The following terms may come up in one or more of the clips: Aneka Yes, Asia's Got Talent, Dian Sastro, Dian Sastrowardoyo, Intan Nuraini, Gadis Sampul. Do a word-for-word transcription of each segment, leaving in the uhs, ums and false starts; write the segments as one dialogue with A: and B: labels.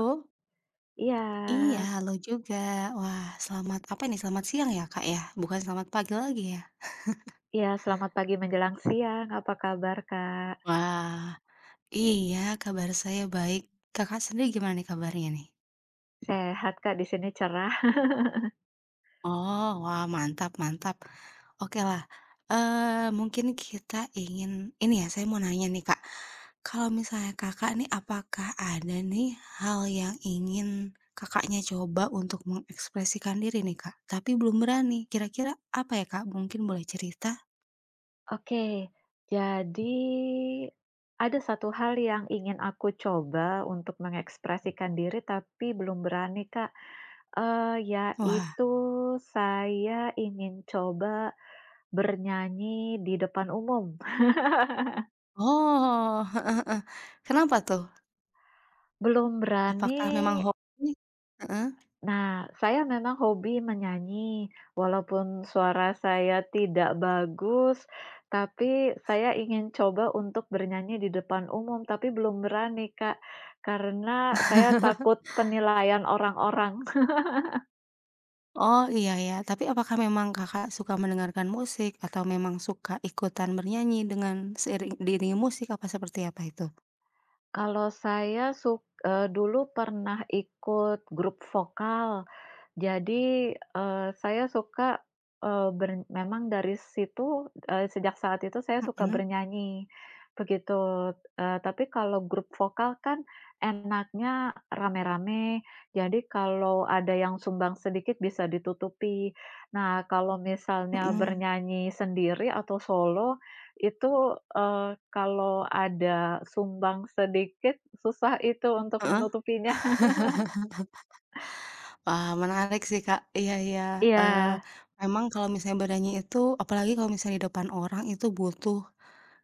A: Oh, iya
B: Iya
A: halo juga. Wah selamat apa nih, selamat siang ya, Kak, ya? Bukan selamat pagi lagi ya?
B: iya, Selamat pagi menjelang siang. Apa kabar, Kak?
A: Wah, iya kabar saya baik. Kakak sendiri gimana nih kabarnya nih?
B: Sehat, Kak, di sini cerah.
A: Oh, wah mantap mantap. Oke lah, eee, mungkin kita ingin ini ya, saya mau nanya nih, Kak. Kalau misalnya Kakak nih apakah ada nih hal yang ingin Kakaknya coba untuk mengekspresikan diri nih, Kak, tapi belum berani, kira-kira apa ya, Kak? Mungkin boleh cerita?
B: Oke, jadi ada satu hal yang ingin aku coba untuk mengekspresikan diri tapi belum berani, Kak, eee,
A: Wah.
B: yaitu saya ingin coba bernyanyi di depan umum.
A: Oh, heeh heeh. Kenapa tuh?
B: Belum berani.
A: Apakah memang hobi? Heeh.
B: Nah, saya memang hobi menyanyi, walaupun suara saya tidak bagus, tapi saya ingin coba untuk bernyanyi di depan umum, tapi belum berani, Kak, karena saya takut penilaian orang-orang.
A: Oh, iya ya. Tapi apakah memang Kakak suka mendengarkan musik atau memang suka ikutan bernyanyi dengan seiring diiringi musik apa seperti apa itu?
B: Kalau saya suk eee, Dulu pernah ikut grup vokal. Jadi, eee, saya suka, eee, bern memang dari situ, eee, sejak saat itu saya suka
A: Mhm,
B: bernyanyi, begitu. Eee, tapi kalau grup vokal kan enaknya rame-rame, jadi kalau ada yang sumbang sedikit bisa ditutupi. Nah, kalau misalnya
A: mhm,
B: bernyanyi sendiri atau solo, itu, eee, kalau ada sumbang sedikit, susah itu untuk
A: heeh.
B: menutupinya.
A: Wah, menarik sih, Kak. Iya iya, eee,
B: Iya.
A: memang kalau misalnya bernyanyi itu apalagi kalau misalnya di depan orang itu butuh,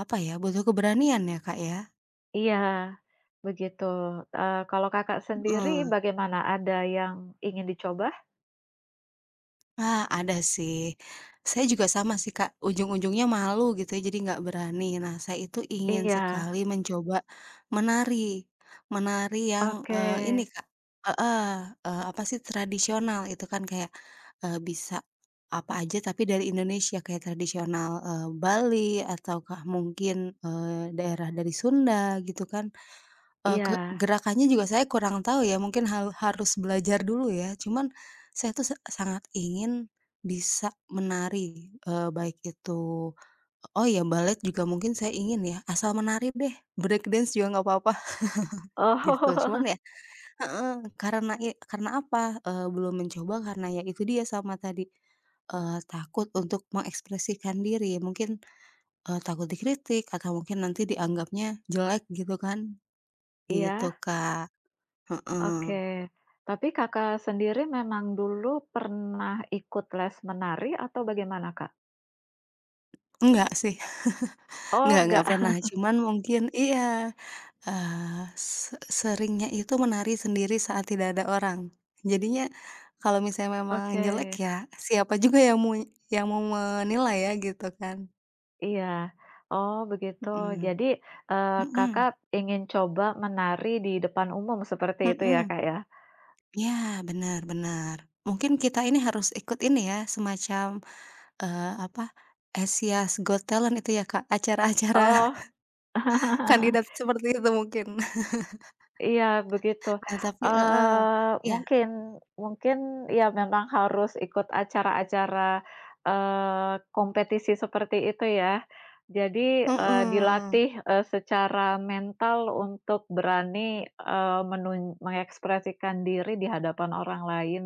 A: apa ya, butuh keberanian ya, Kak, ya?
B: Iya, begitu. Eee, kalau Kakak sendiri
A: Heeh.
B: bagaimana, ada yang ingin dicoba?
A: Ah, ada sih. Saya juga sama sih, Kak, ujung-ujungnya malu gitu ya, jadi nggak berani. Nah, saya itu ingin
B: Iya,
A: sekali mencoba menari, menari yang,
B: oke,
A: eee, ini, Kak heeh, eee, apa sih, tradisional itu kan kayak, eee, bisa apa aja tapi dari Indonesia kayak tradisional, eee, Bali ataukah mungkin, eee, daerah dari Sunda gitu kan. Eee, ke
B: iya.
A: gerakannya juga saya kurang tahu ya, mungkin hal harus belajar dulu ya. Cuman saya tuh sa sangat ingin bisa menari, eee, baik itu oh ya balet juga mungkin saya ingin ya, asal menari deh, breakdance juga nggak apa-apa gitu. Cuman
B: Oh,
A: ya heeh, karena i karena apa, eee, belum mencoba karena ya itu dia sama tadi, eee, takut untuk mengekspresikan diri. Mungkin, eee, takut dikritik atau mungkin nanti dianggapnya jelek gitu kan,
B: iya,
A: gitu Kak,
B: oke.
A: heeh.
B: Tapi Kakak sendiri memang dulu pernah ikut les menari atau bagaimana, Kak?
A: Enggak sih,
B: Oh,
A: enggak enggak
B: enggak?
A: pernah, cuman mungkin iya, eee, se seringnya itu menari sendiri saat tidak ada orang. Jadinya kalau misalnya memang
B: Oke,
A: jelek ya, siapa juga yang mau yang mau menilai ya gitu kan.
B: iya. Oh, begitu.
A: Mhm,
B: Jadi, eee,
A: mhm,
B: Kakak ingin coba menari di depan umum seperti itu ya,
A: mhm,
B: Kak, ya?
A: iya bener bener. Mungkin kita ini harus ikut ini ya, semacam, eee, apa, Asia's Got Talent itu ya Kak, acara-acara
B: Oh.
A: kandidat seperti itu mungkin.
B: Iya, begitu.
A: Nah tapi heeh,
B: Eee,
A: iya,
B: mungkin mungkin ya memang harus ikut acara-acara, eee, kompetisi seperti itu ya. Jadi, eee,
A: mhm.
B: dilatih, eee, secara mental untuk berani, eee, menun mengekspresikan diri di hadapan orang lain,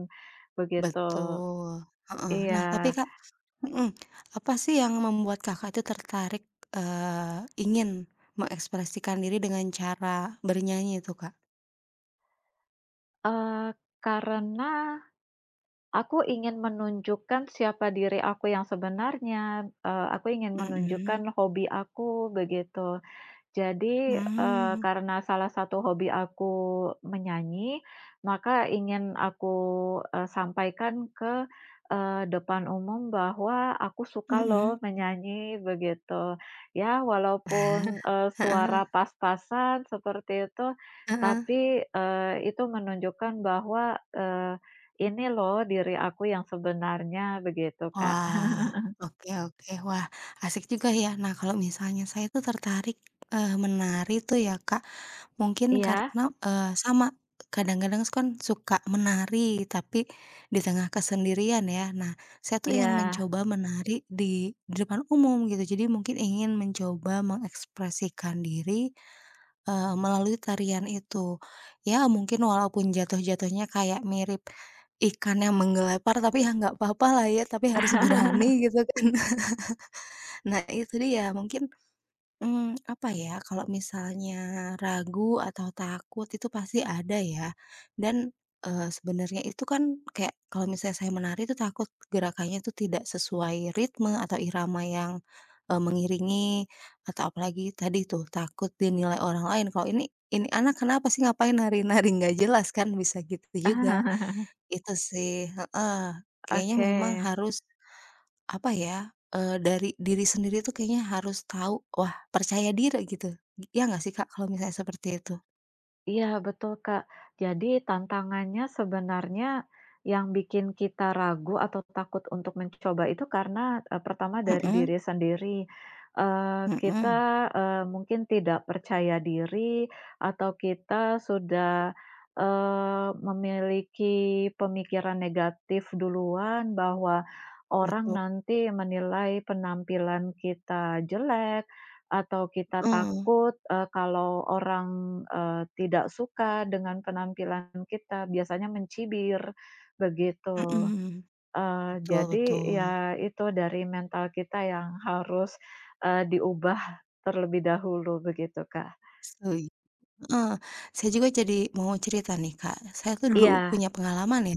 B: begitu.
A: Betul, heeh.
B: Iya,
A: Nah, tapi Kak mhm, apa sih yang membuat Kakak itu tertarik, eee, ingin mengekspresikan diri dengan cara bernyanyi itu, Kak?
B: eee, karena aku ingin menunjukkan siapa diri aku yang sebenarnya, eee, aku ingin
A: Mhm,
B: menunjukkan hobi aku begitu. Jadi, eee,
A: mmm,
B: karena salah satu hobi aku menyanyi, maka ingin aku, eee, sampaikan ke, eee, depan umum bahwa aku suka
A: mhm.
B: loh menyanyi, begitu. Ya walaupun, eee,
A: Heeh
B: suara pas-pasan seperti itu,
A: heeh.
B: tapi, eee, itu menunjukkan bahwa, eee, ini loh diri aku yang sebenarnya, begitu Kak.
A: Wah, oke oke. Wah, asik juga ya. Nah, kalau misalnya saya tuh tertarik, eee, menari tuh ya, Kak. Mungkin
B: Iya
A: karena, eee, sama, kadang-kadang kan suka menari, tapi di tengah kesendirian ya. Nah, saya tuh ingin
B: iya.
A: mencoba menari di di depan umum gitu. Jadi mungkin ingin mencoba mengekspresikan diri, eee, melalui tarian itu. Ya mungkin walaupun jatuh-jatuhnya kayak mirip ikan yang menggelepar, tapi ya nggak apa-apa lah ya, tapi harus berani gitu kan. Nah itu dia, mungkin Mmm, apa ya, kalau misalnya ragu atau takut itu pasti ada ya, dan, eee, sebenarnya itu kan kayak kalau misalnya saya menari itu takut gerakannya itu tidak sesuai ritme atau irama yang, eee, mengiringi atau apalagi tadi tuh takut dinilai orang lain kalau ini ini anak kenapa sih ngapain nari-nari nggak jelas kan bisa gitu juga, itu sih heeh, kayaknya
B: Oke.
A: memang harus apa ya, eee, dari diri sendiri tuh kayaknya harus tahu, wah percaya diri gitu. Ya nggak sih Kak kalau misalnya seperti itu?
B: Iya betul, Kak. Jadi tantangannya sebenarnya yang bikin kita ragu atau takut untuk mencoba itu karena, eee, pertama dari
A: Mhm
B: diri sendiri, eee, kita,
A: mhm,
B: eee, mungkin tidak percaya diri atau kita sudah, eee, memiliki pemikiran negatif duluan bahwa orang
A: betul,
B: nanti menilai penampilan kita jelek atau kita
A: heeh,
B: takut, eee, kalau orang, eee, tidak suka dengan penampilan kita, biasanya mencibir, begitu.
A: mhm,
B: Eee,
A: betul
B: jadi ya
A: betul,
B: itu dari mental kita yang harus, eee, diubah terlebih dahulu, begitu, Kak.
A: setuju, heeh. Saya juga jadi mau cerita nih Kak, saya tuh dulu
B: Iya,
A: punya pengalaman ya,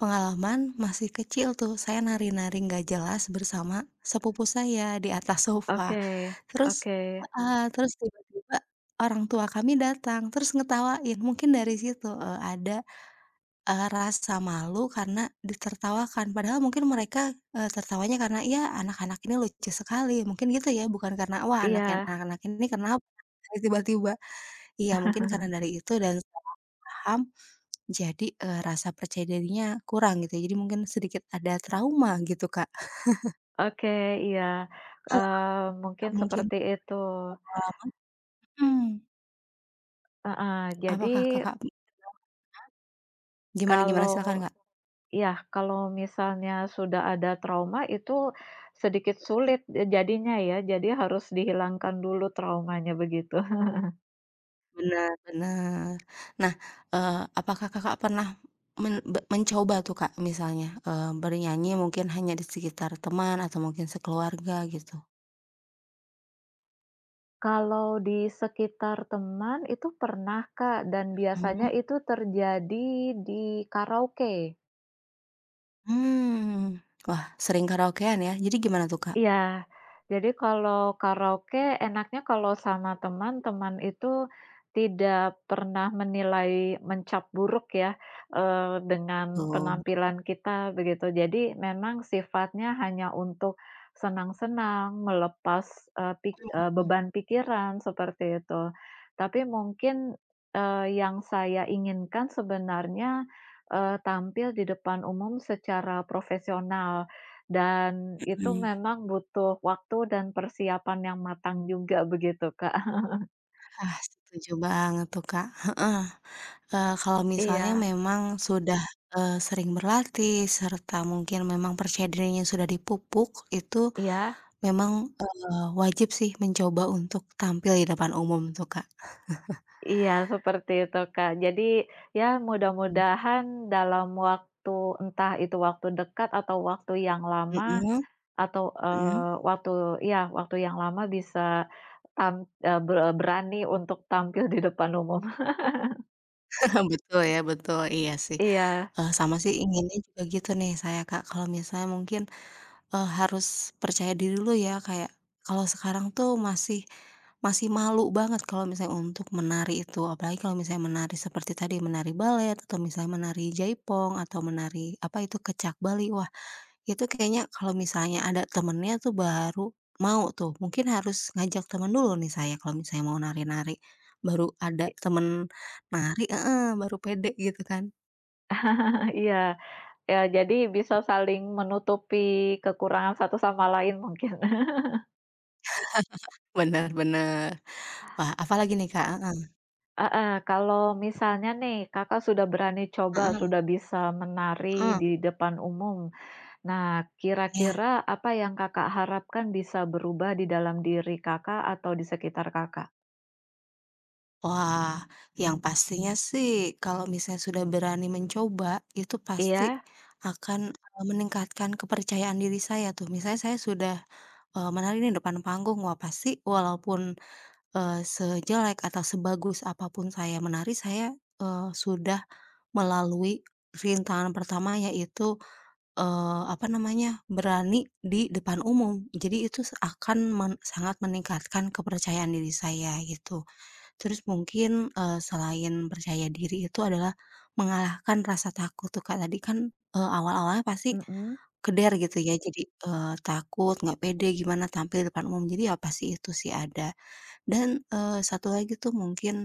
A: pengalaman masih kecil tuh saya nari-nari nggak jelas bersama sepupu saya di atas sofa.
B: oke
A: Terus
B: oke,
A: heeh, terus tiba-tiba orang tua kami datang, terus ngetawain. Mungkin dari situ, eee, ada, eee, rasa malu karena ditertawakan. Padahal mungkin mereka, eee, tertawanya karena, "Ya anak-anak ini lucu sekali." Mungkin gitu ya, bukan karena, "Wah anak yang
B: iya.
A: anak-anak ini kenapa nangis tiba-tiba?" Iya mungkin karena dari itu dan salah paham, jadi, eee, rasa percaya dirinya kurang gitu ya. Jadi mungkin sedikit ada trauma gitu, Kak.
B: Oke, iya, eee, mungkin
A: Mungkin
B: seperti itu.
A: pengalaman mhm,
B: Heeh, jadi
A: apakah Kakak Gimana gimana?
B: kalau
A: Silakan, Kak.
B: iya, kalau misalnya sudah ada trauma itu sedikit sulit, jadinya ya, jadi harus dihilangkan dulu traumanya, begitu.
A: Benar benar. Nah, eee, apakah Kakak pernah men be mencoba tuh Kak misalnya, eee, bernyanyi mungkin hanya di sekitar teman atau mungkin sekeluarga gitu?
B: Kalau di sekitar teman itu pernah, Kak, dan biasanya
A: Mhm.
B: itu terjadi di karaoke.
A: Mmm, Wah sering karaokean ya, jadi gimana tuh Kak?
B: Iya, jadi kalau karaoke enaknya kalau sama teman, teman itu tidak pernah menilai mencap buruk ya, eee, dengan
A: Oh,
B: penampilan kita begitu. Jadi memang sifatnya hanya untuk senang-senang, melepas, eee, pik eee, beban pikiran seperti itu. Tapi mungkin, eee, yang saya inginkan sebenarnya, eee, tampil di depan umum secara profesional dan itu
A: mhm.
B: memang butuh waktu dan persiapan yang matang juga begitu, Kak.
A: Ah, setuju banget tuh Kak, heeh. Eee, kalau misalnya
B: Iya,
A: memang sudah, eee, sering berlatih serta mungkin memang percaya dirinya sudah dipupuk, itu
B: iya,
A: memang, eee, wajib sih mencoba untuk tampil di depan umum tuh, Kak.
B: iya seperti itu, Kak. Jadi ya mudah-mudahan dalam waktu entah itu waktu dekat atau waktu yang lama
A: Mhm
B: atau,
A: mhm.
B: eee, waktu ya waktu yang lama bisa tam eee, be berani untuk tampil di depan umum.
A: Betul ya, betul, iya sih,
B: Iya,
A: eee, sama sih inginnya juga gitu nih saya, Kak, kalau misalnya mungkin, eee, harus percaya diri dulu ya, kayak kalau sekarang tuh masih masih malu banget kalau misalnya untuk menari itu, apalagi kalau misalnya menari seperti tadi, menari balet atau misalnya menari jaipong atau menari apa itu, kecak Bali, wah itu kayaknya kalau misalnya ada temennya tuh baru mau tuh, mungkin harus ngajak temen dulu nih saya kalau misalnya mau nari-nari, baru ada
B: i-
A: temen nari heeh, baru pede gitu kan.
B: iya, ya jadi bisa saling menutupi kekurangan satu sama lain mungkin.
A: Bener bener. Wah, apalagi nih, Kak? Heeh,
B: Heeh, kalau misalnya nih Kakak sudah berani coba,
A: heeh,
B: sudah bisa menari
A: heeh,
B: di depan umum. Nah,
A: iya.
B: kira-kira apa yang Kakak harapkan bisa berubah di dalam diri Kakak atau di sekitar Kakak?
A: Wah, yang pastinya sih kalau misalnya sudah berani mencoba, itu pasti
B: Iya?
A: akan, eee, meningkatkan kepercayaan diri saya tuh. Misalnya saya sudah, eee, menari nih depan panggung, wah pasti walaupun Eee, sejelek atau sebagus apapun saya menari, saya, eee, sudah melalui rintangan pertama yaitu, eee, apa namanya, berani di depan umum. Jadi itu se akan men sangat meningkatkan kepercayaan diri saya gitu. Terus mungkin, eee, selain percaya diri itu adalah mengalahkan rasa takut tuh, Kak. Tadi kan, eee, awal-awalnya pasti
B: Mhm.
A: keder gitu ya, jadi, eee, takut, nggak pede gimana tampil di depan umum. Jadi ya pasti itu sih ada. Dan, eee, satu lagi tuh mungkin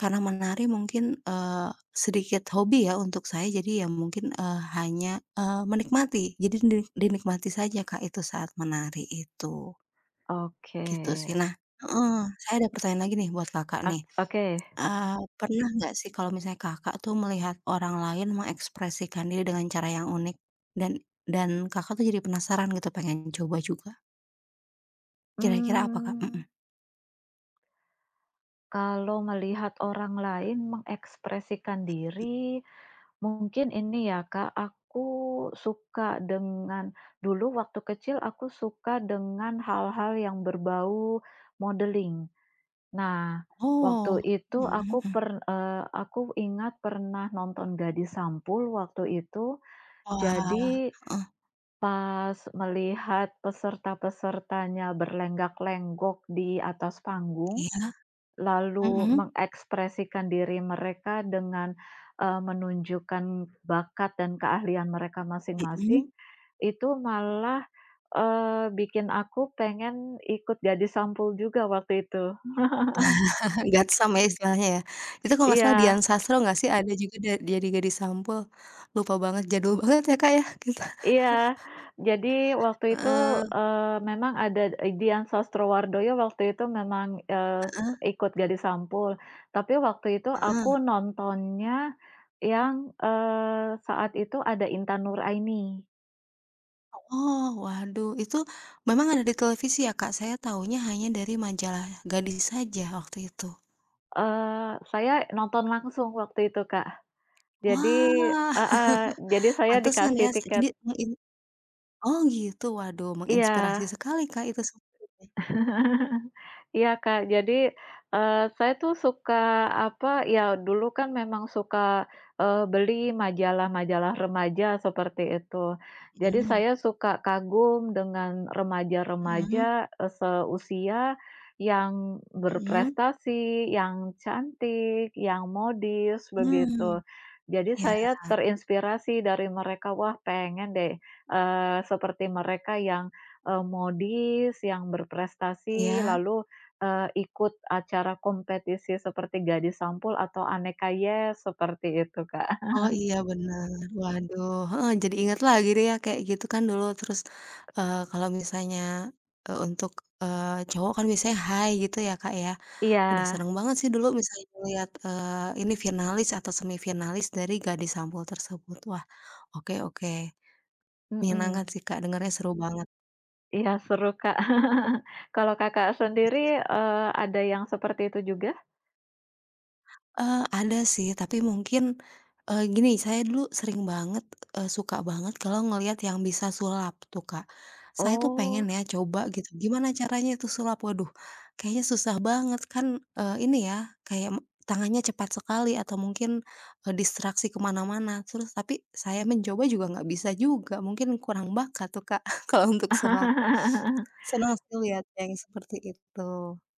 A: karena menari mungkin, eee, sedikit hobi ya untuk saya jadi ya mungkin, eee, hanya, eee, menikmati. Jadi dinik dinikmati saja Kak itu saat menari itu,
B: Oke.
A: gitu sih. Nah heeh, saya ada pertanyaan lagi nih buat Kakak
B: Ak
A: nih,
B: oke.
A: eee, pernah nggak sih kalau misalnya Kakak tuh melihat orang lain mengekspresikan diri dengan cara yang unik dan dan Kakak tuh jadi penasaran gitu pengen coba juga? Kira-kira apa Kak? Mhm.
B: Mmm, kalau melihat orang lain mengekspresikan diri, mungkin ini ya, Kak, aku suka dengan dulu waktu kecil aku suka dengan hal-hal yang berbau modeling. Nah, waktu
A: Oh,
B: itu
A: mhm
B: aku
A: mhm.
B: per eee, aku ingat pernah nonton Gadis Sampul waktu itu.
A: Wah,
B: Jadi pas melihat peserta-pesertanya berlenggak-lenggok di atas panggung,
A: iya,
B: lalu
A: mhm.
B: mengekspresikan diri mereka dengan, eee, menunjukkan bakat dan keahlian mereka masing-masing,
A: Mhm,
B: itu malah, eee, bikin aku pengen ikut Gadis Sampul juga waktu itu.
A: Gatsam ya istilahnya ya. Itu kalau nggak
B: Iya
A: salah Dian Sastro nggak sih ada juga da jadi gadis sampul, lupa banget jadul banget ya Kak ya kita
B: iya. Jadi waktu itu,
A: heeh
B: eee, memang ada e Dian Sastrowardoyo waktu itu memang, eee, s
A: heeh
B: ikut Gadis Sampul, tapi waktu itu
A: heeh.
B: aku nontonnya yang, eee, saat itu ada Intan Nuraini.
A: Oh waduh itu memang ada di televisi ya Kak? Saya tahunya hanya dari majalah Gadis saja waktu itu.
B: Eee, saya nonton langsung waktu itu, Kak. Jadi
A: Wah,
B: heeh, jadi saya
A: pantesan
B: dikasih
A: ya se
B: tiket
A: jadi mengin oh gitu waduh menginspirasi
B: iya.
A: sekali Kak itu sebetulnya.
B: Iya, Kak. Jadi, eee, saya tuh suka, apa, ya dulu kan memang suka, eee, beli majalah-majalah remaja seperti itu. Jadi
A: Mhm
B: saya suka kagum dengan
A: mhm
B: remaja-remaja, eee, seusia yang
A: mhm.
B: berprestasi, yang cantik, yang modis,
A: Mmm,
B: begitu. Jadi
A: iya
B: saya terinspirasi dari mereka, "Wah, pengen deh, eee, seperti mereka yang, eee, modis, yang berprestasi,
A: iya.
B: lalu Eee, ikut acara kompetisi seperti Gadis Sampul atau Aneka Yes, seperti itu, Kak."
A: Oh iya bener, waduh, heeh, jadi ingat lagi deh ya kayak gitu kan dulu terus, eee, kalau misalnya, eee, untuk, eee, cowok kan biasanya hai gitu ya Kak ya,
B: Iya,
A: udah seneng banget sih dulu misalnya ngeliat, eee, ini finalis atau semifinalis dari Gadis Sampul tersebut. Wah oke oke, menyenangkan
B: mhm.
A: sih Kak dengarnya seru banget.
B: Iya, seru, Kak. Kalau Kakak sendiri, eee, ada yang seperti itu juga?
A: Eee, ada sih, tapi mungkin, eee, gini, saya dulu sering banget, eee, suka banget kalau ngelihat yang bisa sulap tuh, Kak. Saya tuh pengen
B: Oh.
A: ya coba gitu, gimana caranya itu sulap? Waduh, kayaknya susah banget kan, eee, ini ya, kayak m tangannya cepat sekali atau mungkin, eee, distraksi ke mana-mana. Terus tapi saya mencoba juga nggak bisa juga, mungkin kurang bakat tuh, Kak, kalau untuk sulap. Senang sih lihat yang seperti itu,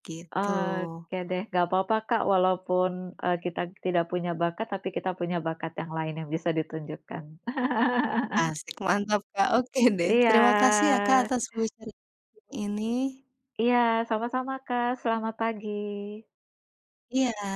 A: gitu.
B: Oke deh, nggak apa-apa, Kak, walaupun, eee, kita tidak punya bakat, tapi kita punya bakat yang lain yang bisa ditunjukkan.
A: Asik, mantap Kak, oke deh. Terima kasih ya
B: Iya.
A: Kak atas pembicaraan ini.
B: Iya, sama-sama, Kak. Selamat pagi.
A: Iya.